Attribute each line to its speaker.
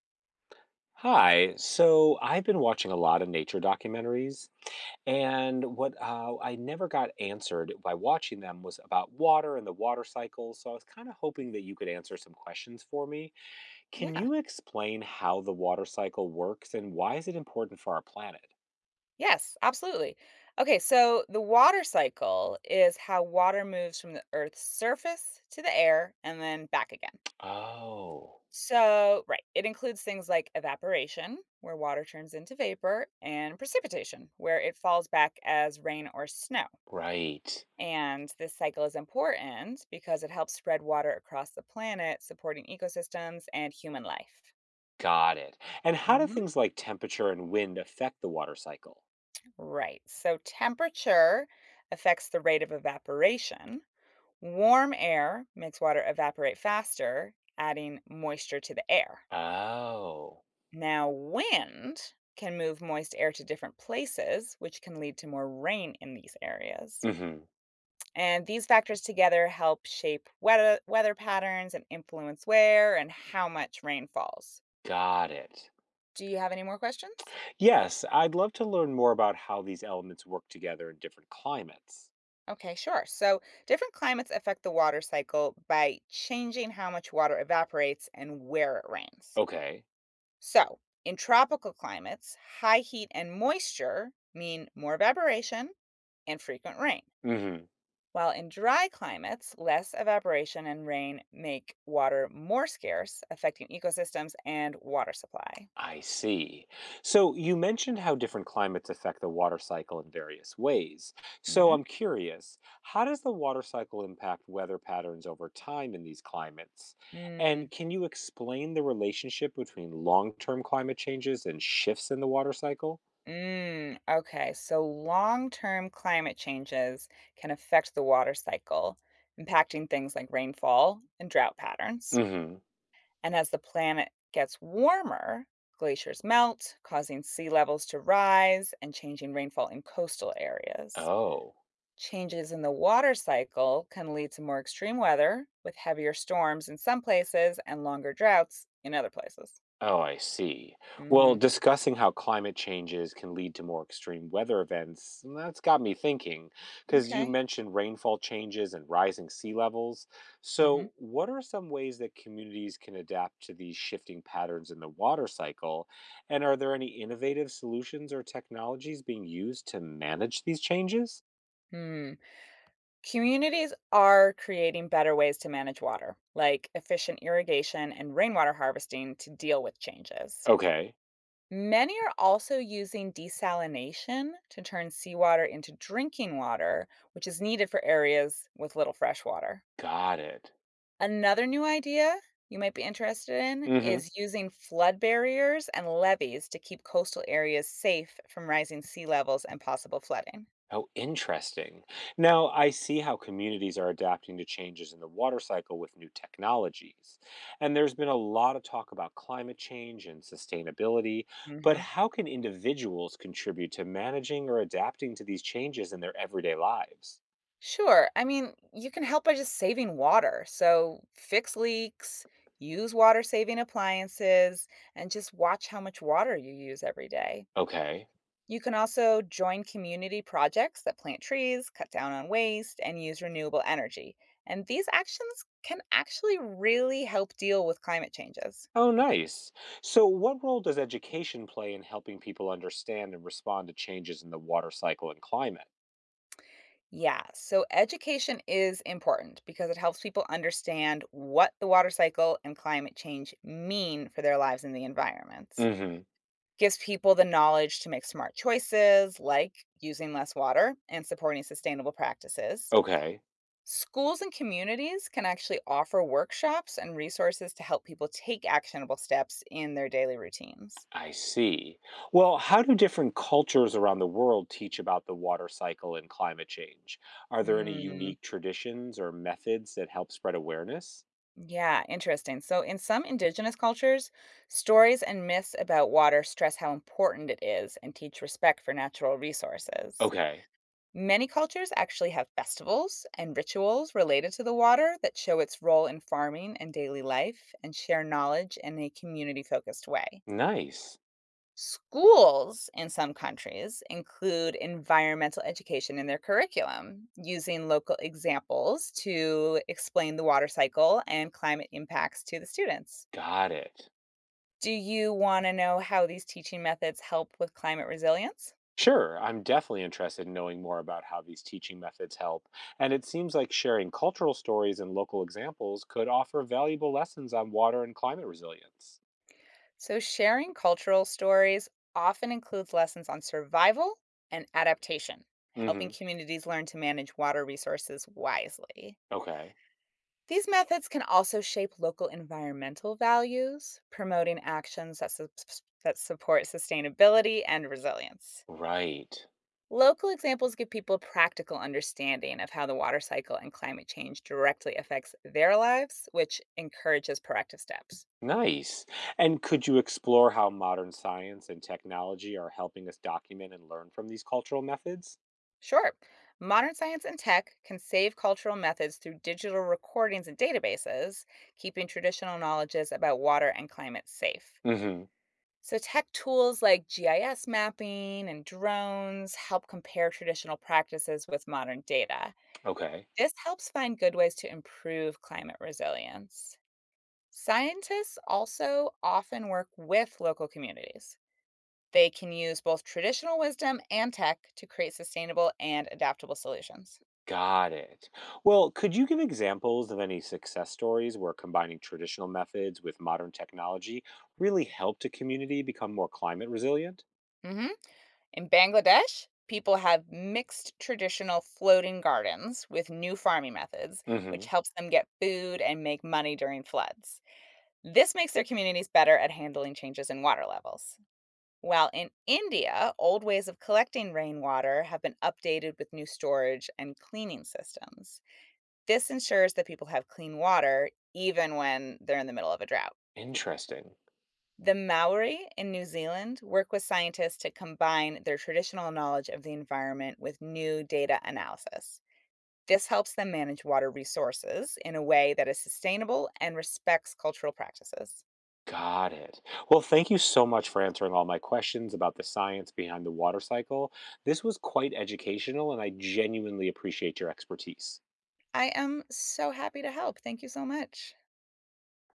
Speaker 1: Hi. So I've been watching a lot of nature documentaries, and what I never got answered by watching them was about water and the water cycle. So I was kind of hoping that you could answer some questions for me. Can
Speaker 2: Yeah.
Speaker 1: you explain how the water cycle works and why is it important for our planet?
Speaker 2: Yes, absolutely. Okay, so the water cycle is how water moves from the Earth's surface to the air and then back again.
Speaker 1: Oh,
Speaker 2: So, right, it includes things like evaporation, where water turns into vapor, and precipitation, where it falls back as rain or snow.
Speaker 1: right.
Speaker 2: And this cycle is important because it helps spread water across the planet, supporting ecosystems and human life.
Speaker 1: Got it. And how do
Speaker 2: hmm
Speaker 1: things like temperature and wind affect the water cycle?
Speaker 2: Right. So, temperature affects the rate of evaporation. Warm air makes water evaporate faster, adding moisture to the air.
Speaker 1: Oh.
Speaker 2: Now, wind can move moist air to different places, which can lead to more rain in these areas.
Speaker 1: hmm
Speaker 2: And these factors together help shape weather patterns and influence where and how much rain falls.
Speaker 1: Got it.
Speaker 2: Do you have any more questions?
Speaker 1: Yes, I'd love to learn more about how these elements work together in different climates.
Speaker 2: Okay, sure. So, different climates affect the water cycle by changing how much water evaporates and where it rains.
Speaker 1: Okay.
Speaker 2: So, in tropical climates, high heat and moisture mean more evaporation and frequent rain,
Speaker 1: Mhm.
Speaker 2: while in dry climates, less evaporation and rain make water more scarce, affecting ecosystems and water supply.
Speaker 1: I see. So you mentioned how different climates affect the water cycle in various ways. So
Speaker 2: hmm
Speaker 1: I'm curious, how does the water cycle impact weather patterns over time in these climates?
Speaker 2: Mm,
Speaker 1: And can you explain the relationship between long-term climate changes and shifts in the water cycle?
Speaker 2: okay, so long term climate changes can affect the water cycle, impacting things like rainfall and drought patterns.
Speaker 1: Mhm.
Speaker 2: And as the planet gets warmer, glaciers melt, causing sea levels to rise and changing rainfall in coastal areas.
Speaker 1: Oh.
Speaker 2: Changes in the water cycle can lead to more extreme weather, with heavier storms in some places and longer droughts in other places.
Speaker 1: Oh, I see. Well,
Speaker 2: Hmm.
Speaker 1: discussing how climate changes can lead to more extreme weather events, that's got me thinking, because you
Speaker 2: Okay.
Speaker 1: mentioned rainfall changes and rising sea levels.
Speaker 2: hmm
Speaker 1: So, what are some ways that communities can adapt to these shifting patterns in the water cycle? And are there any innovative solutions or technologies being used to manage these changes?
Speaker 2: Hmm. Communities are creating better ways to manage water, like efficient irrigation and rainwater harvesting to deal with changes.
Speaker 1: Okay,
Speaker 2: Many are also using desalination to turn seawater into drinking water, which is needed for areas with little fresh water.
Speaker 1: got it.
Speaker 2: Another new idea you might be interested in
Speaker 1: Mm-hmm.
Speaker 2: is using flood barriers and levees to keep coastal areas safe from rising sea levels and possible flooding.
Speaker 1: Oh, interesting. Now, I see how communities are adapting to changes in the water cycle with new technologies. And there's been a lot of talk about climate change and sustainability, but
Speaker 2: hmm
Speaker 1: how can individuals contribute to managing or adapting to these changes in their everyday lives?
Speaker 2: Sure. I mean, you can help by just saving water. So fix leaks, use water saving appliances, and just watch how much water you use every day.
Speaker 1: Okay.
Speaker 2: You can also join community projects that plant trees, cut down on waste, and use renewable energy. And these actions can actually really help deal with climate changes.
Speaker 1: Oh, nice. So, what role does education play in helping people understand and respond to changes in the water cycle and climate?
Speaker 2: Yeah, so education is important because it helps people understand what the water cycle and climate change mean for their lives and the environment.
Speaker 1: Mm hmm.
Speaker 2: Gives people the knowledge to make smart choices like using less water and supporting sustainable practices.
Speaker 1: Okay.
Speaker 2: Schools and communities can actually offer workshops and resources to help people take actionable steps in their daily routines.
Speaker 1: I see. Well, how do different cultures around the world teach about the water cycle and climate change? Are there any
Speaker 2: Hmm.
Speaker 1: unique traditions or methods that help spread awareness?
Speaker 2: Yeah, interesting. So, in some indigenous cultures, stories and myths about water stress how important it is and teach respect for natural resources.
Speaker 1: Okay,
Speaker 2: Many cultures actually have festivals and rituals related to the water that show its role in farming and daily life and share knowledge in a community focused way.
Speaker 1: nice.
Speaker 2: Schools in some countries include environmental education in their curriculum, using local examples to explain the water cycle and climate impacts to the students.
Speaker 1: Got it.
Speaker 2: Do you want to know how these teaching methods help with climate resilience?
Speaker 1: Sure, I'm definitely interested in knowing more about how these teaching methods help, and it seems like sharing cultural stories and local examples could offer valuable lessons on water and climate resilience.
Speaker 2: So, sharing cultural stories often includes lessons on survival and adaptation, helping
Speaker 1: Mhm.
Speaker 2: communities learn to manage water resources wisely.
Speaker 1: Okay.
Speaker 2: These methods can also shape local environmental values, promoting actions that, that support sustainability and resilience.
Speaker 1: Right.
Speaker 2: Local examples give people practical understanding of how the water cycle and climate change directly affects their lives, which encourages proactive steps.
Speaker 1: Nice. And could you explore how modern science and technology are helping us document and learn from these cultural methods?
Speaker 2: Sure, modern science and tech can save cultural methods through digital recordings and databases, keeping traditional knowledges about water and climate safe.
Speaker 1: hmm
Speaker 2: So, tech tools like GIS mapping and drones help compare traditional practices with modern data.
Speaker 1: Okay.
Speaker 2: This helps find good ways to improve climate resilience. Scientists also often work with local communities. They can use both traditional wisdom and tech to create sustainable and adaptable solutions.
Speaker 1: Got it. Well, could you give examples of any success stories where combining traditional methods with modern technology really helped a community become more climate resilient?
Speaker 2: Mhm. In Bangladesh, people have mixed traditional floating gardens with new farming methods, which
Speaker 1: hmm
Speaker 2: helps them get food and make money during floods. This makes their communities better at handling changes in water levels. While in India, old ways of collecting rainwater have been updated with new storage and cleaning systems. This ensures that people have clean water even when they're in the middle of a drought.
Speaker 1: Interesting.
Speaker 2: The Maori in New Zealand work with scientists to combine their traditional knowledge of the environment with new data analysis. This helps them manage water resources in a way that is sustainable and respects cultural practices.
Speaker 1: Got it. Well, thank you so much for answering all my questions about the science behind the water cycle. This was quite educational, and I genuinely appreciate your expertise.
Speaker 2: I am so happy to help. Thank you so much.